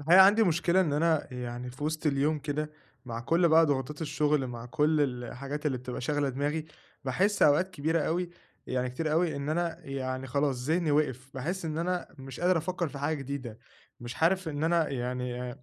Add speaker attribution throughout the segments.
Speaker 1: الحقيقة عندي مشكلة، إن أنا يعني في وسط اليوم كده، مع كل بقى ضغوطات الشغل، مع كل الحاجات اللي بتبقى شاغلة دماغي، باحس أوقات كبيرة أوي، يعني كتير أوي، إن أنا يعني خلاص ذهني وقف، باحس إن أنا مش قادر أفكر في حاجة جديدة، مش عارف إن أنا يعني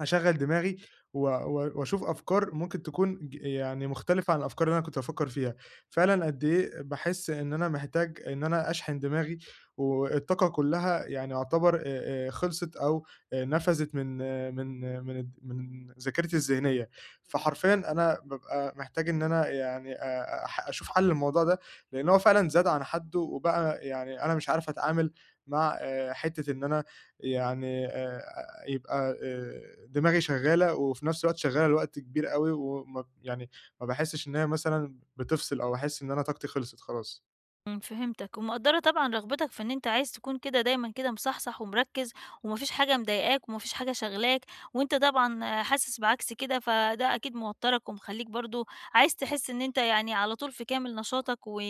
Speaker 1: أشغّل دماغي و و وأشوف أفكار ممكن تكون يعني مختلفة عن الأفكار اللي أنا كنت بافكّر فيها، فعلًا قد إيه باحس إن أنا محتاج إن أنا أشحن دماغي، والطاقة كلّها يعني يعتبر خلصت أو نفَذِت من آه، من آه، من الد من ذاكرتي الذهنية، فحرفيًا أنا بابقى محتاج إن أنا يعني أح أشوف حَل للموضوع ده، لإن هو فعلًا زاد عن حدُّه، وبقى يعني أنا مش عارف أتعامل مع حتّة إن أنا يعني يبقى دماغي شغالة، وفي نفس الوقت شغالة لوقت كبير أوي، وما يعني ما باحسّش إن هي مثلًا بتفصل، أو أحس إن أنا طاقتي خلصت خلاص.
Speaker 2: فهمتك، ومقدّرة طبعًا رغبتك في إن أنت عايز تكون كده دايمًا كده مصحصح ومركّز، وما فيش حاجة مضايقاك وما فيش حاجة شاغلاك، وأنت طبعًا حاسس بعكس كده، فده أكيد موتّرك ومخلّيك برضه عايز تحس إن أنت يعني على طول في كامل نشاطك، و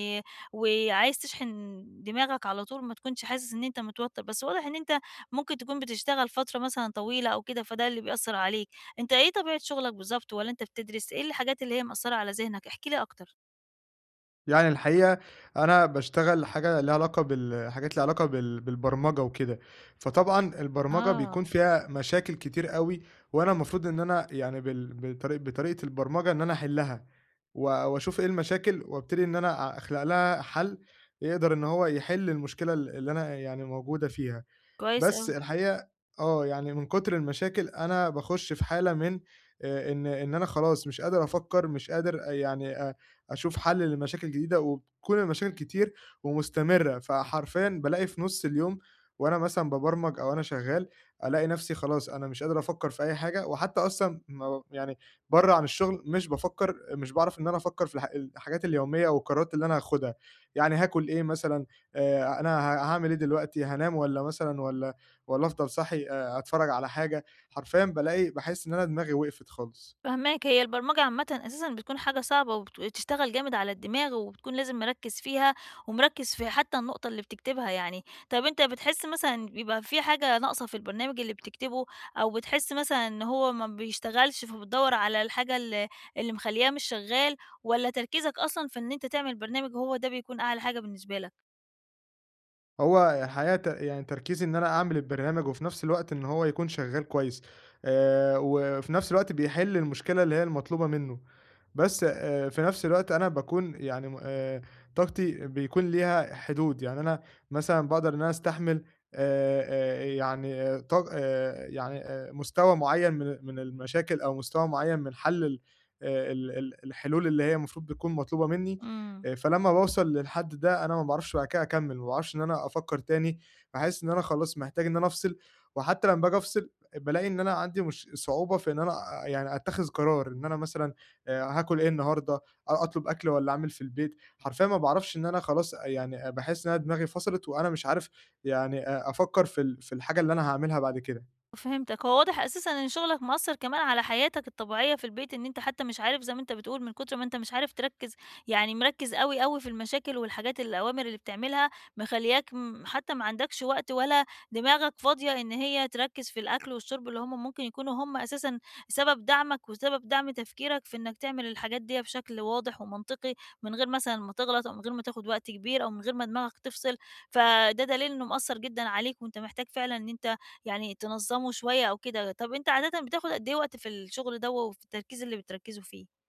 Speaker 2: وعايز تشحن دماغك على طول، ما تكونش حاسس إن أنت متوتّر، بس واضح إن أنت ممكن تكون بتشتغل فترة مثلًا طويلة أو كده، فده اللي بيأثّر عليك. أنت إيه طبيعة شغلك بالضبط والّا أنت بتدرس؟ إيه الحاجات اللي هي مأثّرة على ذهنك؟ احكِ لي أكتر.
Speaker 1: يعني الحقيقة أنا باشتغل حاجة ليها علاقة حاجات ليها علاقة بالبرمجة وكده، فطبعًا البرمجة بيكون
Speaker 2: آه،
Speaker 1: فيها مشاكل كتير أوي، وأنا المفروض إن أنا يعني بال بطري بطريقة البرمجة إن أنا أحلّها، و وأشوف إيه المشاكل، وأبتدي إن أنا أخلق لها حَل يقدر إن هو يحل المشكلة اللي أنا يعني موجودة فيها.
Speaker 2: كويس
Speaker 1: بس
Speaker 2: أوي.
Speaker 1: الحقيقة، يعني من كتر المشاكل أنا باخُش في حالة من إن أنا خلاص مش قادر أفكّر، مش قادر يعني أشوف حَل لمشاكل جديدة، وبتكون المشاكل كتير ومستمرة، فحرفيًا بالاقي في نُص اليوم، وأنا مثلًا بابرمج أو أنا شغّال، ألاقي نَفْسي خلاص أنا مش قادر أفكّر في أي حاجة، وحتّى أصلًا ما يعني برّه عن الشُغل مش بافكّر، مش باعرف إن أنا أفكّر في الحاجات اليومية والقرارات اللي أنا هاخُدها، يعني هاكُل إيه مثلًا، أنا هاعمل إيه دلوقتي، هانام والّا مثلًا والّا أفضل صاحي أتفرّج على حاجة، حرفيًا بالاقي باحس إن أنا دماغي وقفت خالص.
Speaker 2: فاهماك، هي البرمجة عامةً أساسًا بتكون حاجة صعبة وبت تشتغل جامد على الدماغ، وبتكون لازم مركّز فيها، ومركّز في حتى النقطة اللي بتكتبها يعني. طب أنت بتحس مثلًا بيبقى في حاجة ناقصة في البرنامج اللي بتكتبه، أو بتحس مثلًا إن هو ما بيشتغلش فبتدوّر على الحاجة اللي مخلّياه مش شغال، والّا تركيزك أصلًا في إن أنت تعمل برنامج هو ده بيكون أعلى حاجة بالنسبة لك؟
Speaker 1: هو الحقيقة يعني تركيزي إن أنا أعمل البرنامج، وفي نفس الوقت إن هو يكون شغّال كويس، وفي نفس الوقت بيحل المشكلة اللي هي المطلوبة منّه، بس في نفس الوقت أنا باكون يعني م طاقتي بيكون ليها حدود، يعني أنا مثلًا باقدر إن أنا أستحمل آآ يعني آه، طاق يعني مستوى معيّن من المشاكل، أو مستوى معيّن من حل ال ال ال الحلول اللي هي المفروض بتكون مطلوبة منّي.
Speaker 2: إمم.
Speaker 1: فلمّا باوصل للحد ده، أنا ما باعرفش بعد كده أكمّل، ما باعرفش إن أنا أفكّر تاني، باحس إن أنا خلاص محتاج إن أنا أفصل، وحتى لمّا باجي أفصل بالاقي إن أنا عندي مش صعوبة في إن أنا يعني أتّخذ قرار، إن أنا مثلًا هاكل إيه النهارده، أطلب أكل والّا أعمل في البيت، حرفيًا ما باعرفش إن أنا خلاص، يعني باحس إن أنا دماغي فصلت، وأنا مش عارف يعني أفكّر في الحاجة اللي أنا هاعملها بعد كده.
Speaker 2: فهمتك، هو واضح أساسًا إن شغلك مأثّر كمان على حياتك الطبيعية في البيت، إن أنت حتى مش عارف زي ما أنت بتقول من كتر ما أنت مش عارف تركّز، يعني مركّز أوي، أوي في المشاكل والحاجات الأوامر اللي بتعملها، مخلّياك حتى ما عندكش وقت ولا دماغك فاضية إن هي تركّز في الأكل والشرب اللي هم ممكن يكونوا هم أساسًا سبب دعمك وسبب دعم تفكيرك في إنك تعمل الحاجات ديّة بشكل واضح ومنطقي، من غير مثلًا ما تغلط أو من غير ما تاخد وقت كبير أو من غير ما دماغك تفصل، فده دليل إنه مأثّر جدًا عليك وأنت محتاج فعلًا إن أنت يعني تنظّمه شوية أو كده. طَب أنت عادةً بتاخد قد إيه وقت في الشغل دوّة وفي التركيز اللي بتركّزوا فيه؟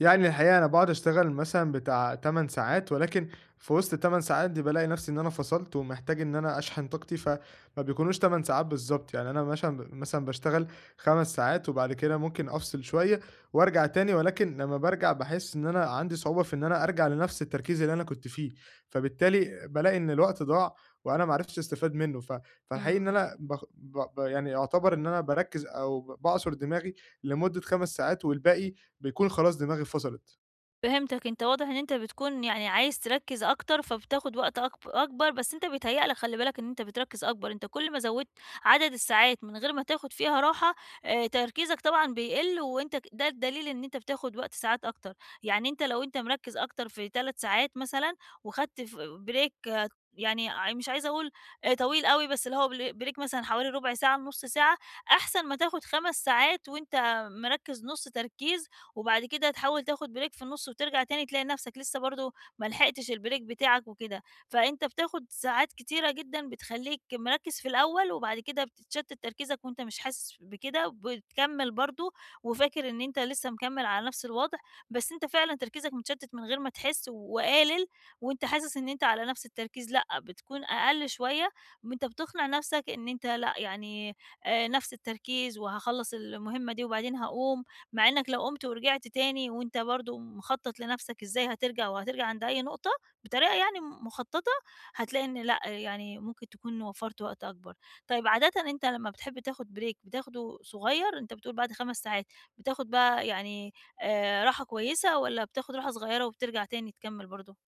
Speaker 1: يعني الحقيقة أنا باقعد أشتغل مثلًا بتاع 8 ساعات، ولكن في وسط ال8 ساعات دي بالاقي نفسي إن أنا فصلت ومحتاج إن أنا أشحن طاقتي، فما بيكونوش 8 ساعات بالضبط، يعني أنا مثلًا مثلًا باشتغل 5 ساعات، وبعد كده ممكن أفصل شوية وأرجع تاني، ولكن لمّا بارجع باحس إن أنا عندي صعوبة في إن أنا أرجع لنفس التركيز اللي أنا كنت فيه، فبالتالي بالاقي إن الوقت ضاع وأنا ما عرفتش أستفاد منه، فالحقيقي إن
Speaker 2: إمم.
Speaker 1: أنا باخ ب ب يعني يعتبر إن أنا باركّز، أو باعصر دماغي لمدة 5 ساعات، والباقي بيكون خلاص دماغي فصلت.
Speaker 2: فهمتك، أنت واضح إن أنت بتكون يعني عايز تركّز أكتر، فبتاخد وقت أكبر، بس أنت بيتهيأ لك خلّي بالك إن أنت بتركّز أكبر، أنت كل ما زوّدت عدد الساعات من غير ما تاخد فيها راحة، تركيزك طبعًا بيقِل وأنت ك ده الدليل إن أنت بتاخد وقت ساعات أكتر، يعني أنت لو أنت مركّز أكتر في 3 ساعات مثلًا وخدت ف break يعني مش عايزة أقول طويل أوي، بس اللي هو break مثلًا حوالي رُبع ساعة لنُص ساعة، أحسن ما تاخد 5 ساعات وأنت مركّز نُص تركيز وبعد كده تحاول تاخد بريك في النُص وترجع تاني تلاقي نَفْسك لسه برضه ما لحقتش البريك بتاعك وكده، فأنت بتاخد ساعات كتيرة جدًا بتخلّيك مركّز في الأول وبعد كده بتتشتت تركيزك وأنت مش حاسس بكده، وبتكمّل برضه وفاكر إن أنت لسه مكمّل على نَفْس الوضع، بس أنت فعلًا تركيزك متشتت من غير ما تحس وقالل وأنت حاسس إن أنت على نَفْس التركيز، لأ، بتكون أقل شوية وأنت بتقنع نَفْسك إن أنت لأ، يعني نَفْس التركيز وهاخلّص المهمة دي وبعدين هاقوم مع إنك لو قُمت ورجعت تاني وأنت برضه مخطّط لنَفْسك إزاي هترجع وهترجع عند أي نقطة بطريقة يعني مخطّطة، هتلاقي إن لأ، يعني ممكن تكون وفّرت وقت أكبر. طيب عادةً أنت لمّا بتحب تاخُد break بتاخده صغير، أنت بتقول بعد 5 ساعات، بتاخُد بقى يعني راحة كويسة والّا بتاخُد راحة صغيرة وبترجع تاني تكمّل برضه؟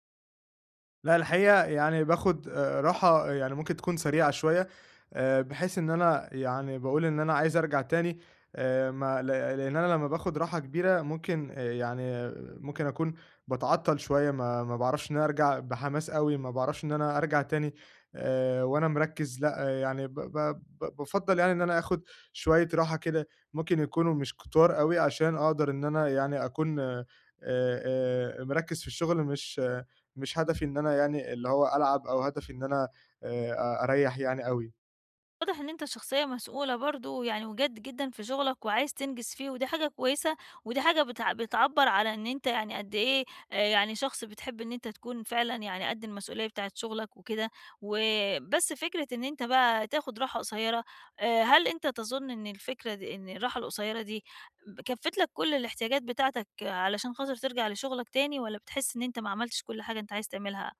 Speaker 1: لأ، الحقيقة يعني باخد راحة، يعني ممكن تكون سريعة شوية، بحيث إن أنا يعني باقول إن أنا عايز أرجع تاني. ما لا لإن أنا لمّا باخد راحة كبيرة، ممكن يعني ممكن أكون باتعطّل شوية، ما باعرفش إن أنا أرجع بحماس أوي، ما باعرفش إن أنا أرجع تاني وأنا مركّز. لأ، يعني ب ب ب بافضّل يعني إن أنا آخد شوية راحة كده، ممكن يكونوا مش كتار أوي، عشان أقدر إن أنا يعني أكون مركّز في الشغل. مش هدفي إن أنا يعني اللي هو ألعب، أو هدفي إن أنا آآ أ أريّح يعني أوي.
Speaker 2: واضح إن أنت شخصية مسؤولة برضه يعني وجاد جدًا في شغلك وعايز تنجز فيه، ودي حاجة كويسة، ودي حاجة بتعبّر على إن أنت يعني قد إيه يعني شخص بتحب إن أنت تكون فعلًا يعني قد المسؤولية بتاعة شغلك وكده، وبس فكرة إن أنت بقى تاخد راحة قصيرة، هل أنت تظن إن الفكرة دي إن الراحة القصيرة دي كفّت لك كل الاحتياجات بتاعتك علشان خاطر ترجع لشغلك تاني، والّا بتحس إن أنت ما عملتش كل حاجة أنت عايز تعملها؟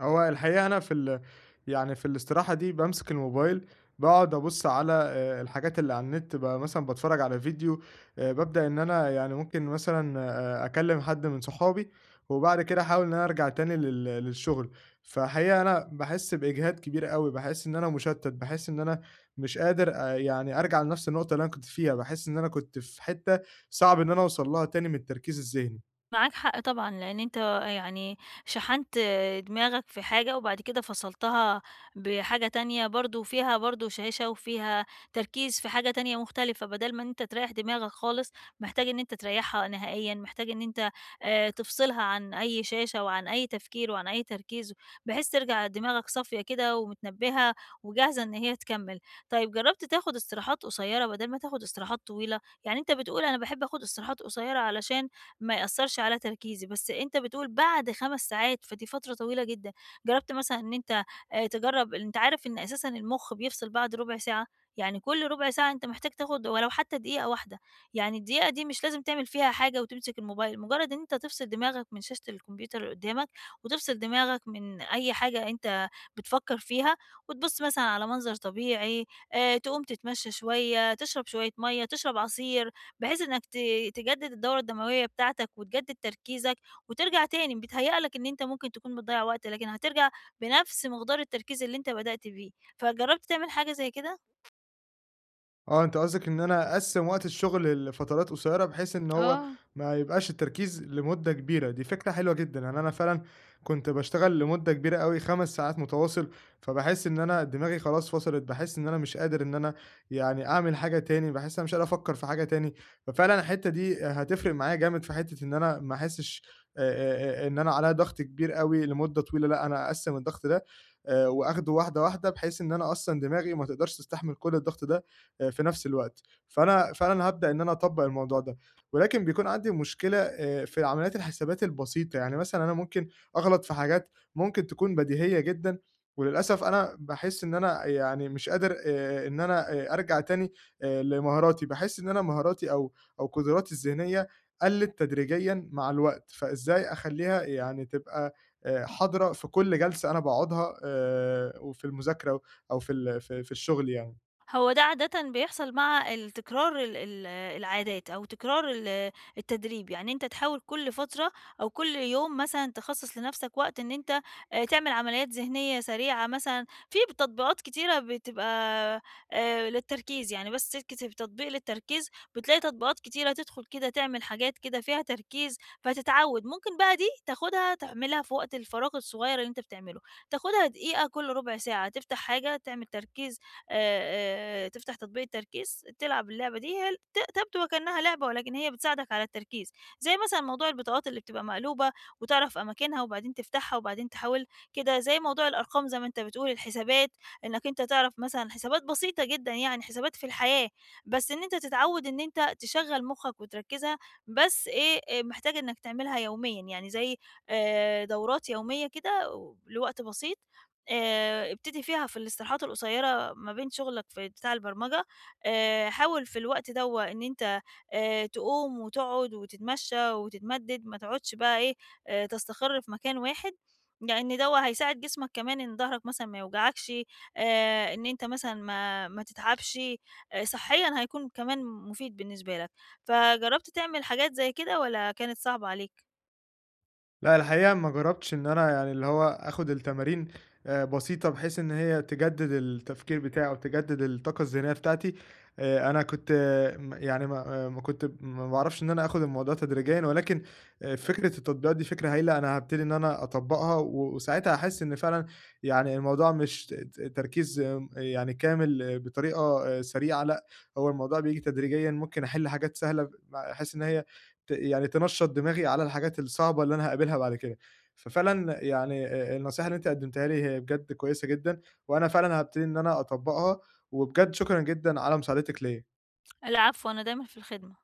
Speaker 1: هو الحقيقة أنا في ال يعني في الاستراحة دي بامسك الموبايل، باقعد أبُص على الحاجات اللي على النت، مثلًا باتفرّج على فيديو، بابدأ إن أنا يعني ممكن مثلًا أكلّم حد من صحابي، وبعد كده أحاول إن أنا أرجع تاني للشغل. فحقيقة أنا باحس بإجهاد كبير أوي، باحس إن أنا مُشتَّت، باحس إن أنا مش قادر يعني أرجع لنفس النقطة اللي أنا كنت فيها، باحس إن أنا كنت في حتّة صعب إن أنا أوصل لها تاني من التركيز الذهني.
Speaker 2: معاك حق طبعًا، لإن أنت يعني شحنت دماغك في حاجة وبعد كده فصلتها بحاجة تانية برضه فيها برضه شاشة وفيها تركيز في حاجة تانية مختلفة، بدل ما إن أنت تريّح دماغك خالص، محتاج إن أنت تريّحها نهائيًا، محتاج إن أنت تفصلها عن أي شاشة وعن أي تفكير وعن أي تركيز، بحيث ترجع دماغك صافية كده ومتنبهة وجاهزة إن هي تكمّل. طيب جرّبت تاخد استراحات قصيّرة بدل ما تاخد استراحات طويلة؟ يعني أنت بتقول أنا باحب آخد استراحات قصيّرة علشان ما يأثّرش على تركيزي، بس أنت بتقول بعد 5 ساعات، فدي فترة طويلة جدًا. جرّبت مثلًا إن أنت تجرّب أنت عارف إن أساسًا المُخ بيفصل بعد رُبع ساعة، يعني كل رُبع ساعة أنت محتاج تاخُد ولو حتى دقيقة واحدة، يعني الدقيقة دي مش لازم تعمل فيها حاجة وتمسك الموبايل، مجرّد إن أنت تفصل دماغك من شاشة الكمبيوتر اللي قدّامك وتفصل دماغك من أي حاجة أنت بتفكّر فيها وتبُص مثلًا على منظر طبيعي، تقوم تتمشّى شوية، تشرب شوية مَيّة، تشرب عصير. بحيث إنك تجدد الدورة الدموية بتاعتك وتجدد تركيزك وترجع تاني، بيتهيأ لك إن أنت ممكن تكون بتضيّع وقت، لكن هترجع بنفس مقدار التركيز اللي أنت بدأت بيه، فجرّبت تعمل حاجة زي كده؟
Speaker 1: آه، أنت قصدك إن أنا أقسّم وقت الشغل لفترات قصيّرة، بحيث إن هو
Speaker 2: آه.
Speaker 1: ما يبقاش التركيز لمدة كبيرة، دي فكرة حلوة جدًا، يعني أنا فعلًا كنت باشتغل لمدة كبيرة أوي، 5 ساعات متواصل، فباحس إن أنا دماغي خلاص فصلت، باحس إن أنا مش قادر إن أنا يعني أعمل حاجة تاني، باحس إن أنا مش قادر أفكّر في حاجة تاني، ففعلًا الحتّة دي هتفرق معايا جامد، في حتّة إن أنا ما أحسّش إن أنا عليّا ضغط كبير أوي لمدة طويلة، لأ أنا أقسّم الضغط ده، وآخده واحدة، واحدة، بحيث إن أنا أصلًا دماغي ما تقدرش تستحمل كل الضغط ده. في نفس الوقت، فأنا فعلًا هابدأ إن أنا أطبّق الموضوع ده، ولكن بيكون عندي مشكلة في العمليات الحسابات البسيطة، يعني مثلًا أنا ممكن أغلط في حاجات ممكن تكون بديهية جدًا، وللأسف أنا باحس إن أنا يعني مش قادر إن أنا أرجع تاني لمهاراتي، باحس إن أنا مهاراتي أو قدراتي الذهنية قلّت تدريجيًا مع الوقت، فإزاي أخلّيها يعني تبقى حاضرة في كل جلسة أنا باقعدها، وفي المذاكرة، أو في ال في في الشغل يعني؟
Speaker 2: هو ده عادةً بيحصل مع التكرار ال العادات أو تكرار التدريب، يعني أنت تحاول كل فترة أو كل يوم مثلًا تخصّص لنَفْسك وقت إن أنت تعمل عمليات ذهنية سريعة مثلًا، في تطبيقات كتيرة بتبقى للتركيز، يعني بس تكتب تطبيق للتركيز بتلاقي تطبيقات كتيرة تدخل كده تعمل حاجات كده فيها تركيز، فتتعوّد. ممكن بقى دي تاخدها تعملها في وقت الفراغ الصغير اللي أنت بتعمله، تاخدها دقيقة كل رُبع ساعة، تفتح حاجة تعمل تركيز تفتح تطبيق التركيز تلعب اللعبة دي هي تبدو وكأنها لعبة، ولكن هي بتساعدك على التركيز، زي مثلًا موضوع البطاقات اللي بتبقى مقلوبة وتعرف أماكنها وبعدين تفتحها وبعدين تحاول كده، زي موضوع الأرقام زي ما أنت بتقول، الحسابات إنك أنت تعرف مثلًا حسابات بسيطة جدًا يعني، حسابات في الحياة، بس إن أنت تتعود إن أنت تشغّل مخّك وتركّزها، بس إيه، محتاج إنك تعملها يوميًا، يعني زي دورات يومية كده لوقت بسيط، ابتدي فيها في الاستراحات القصيرة ما بين شغلك في بتاع البرمجة حاول في الوقت دوّة إن أنت تقوم وتقعد وتتمشى وتتمدد، ما تقعدش بقى إيه، تستقر في مكان واحد، لإن دوّة هيساعد جسمك كمان إن ضهرك مثلًا ما يوجعكش، إن أنت مثلًا ما تتعبش، صحيًا هيكون كمان مفيد بالنسبة لك، فجربت تعمل حاجات زي كده والّا كانت صعبة عليك؟
Speaker 1: لأ، الحقيقة ما جرّبتش إن أنا يعني اللي هو آخُد التمارين بسيطة، بحيث إن هي تجدِّد التفكير بتاعي أو تجدِّد الطاقة الذهنية بتاعتي، أنا كنت آه، م يعني ما كنت ما باعرفش إن أنا آخُد الموضوع تدريجيًا، ولكن فكرة التطبيقات دي فكرة هايلة، أنا هابتدي إن أنا أطبّقها، و وساعتها هاحس إن فعلًا يعني الموضوع مش ت ت تركيز يعني كامل، بطريقة سريعة. لأ، هو الموضوع بييجي تدريجيًا، ممكن أحِل حاجات سهلة باحس إن هي يعني تنشّط دماغي على الحاجات الصعبة اللي أنا هاقابلها بعد كده. ففعلًا يعني النصيحة اللي أنتِ قدّمتيها لي هي بجد كويسة جدًا، وأنا فعلًا هابتدي إن أنا أطبّقها، وبجد شكرًا جدًا على مساعدتِك ليّا.
Speaker 2: العفو، أنا دايمًا في الخدمة.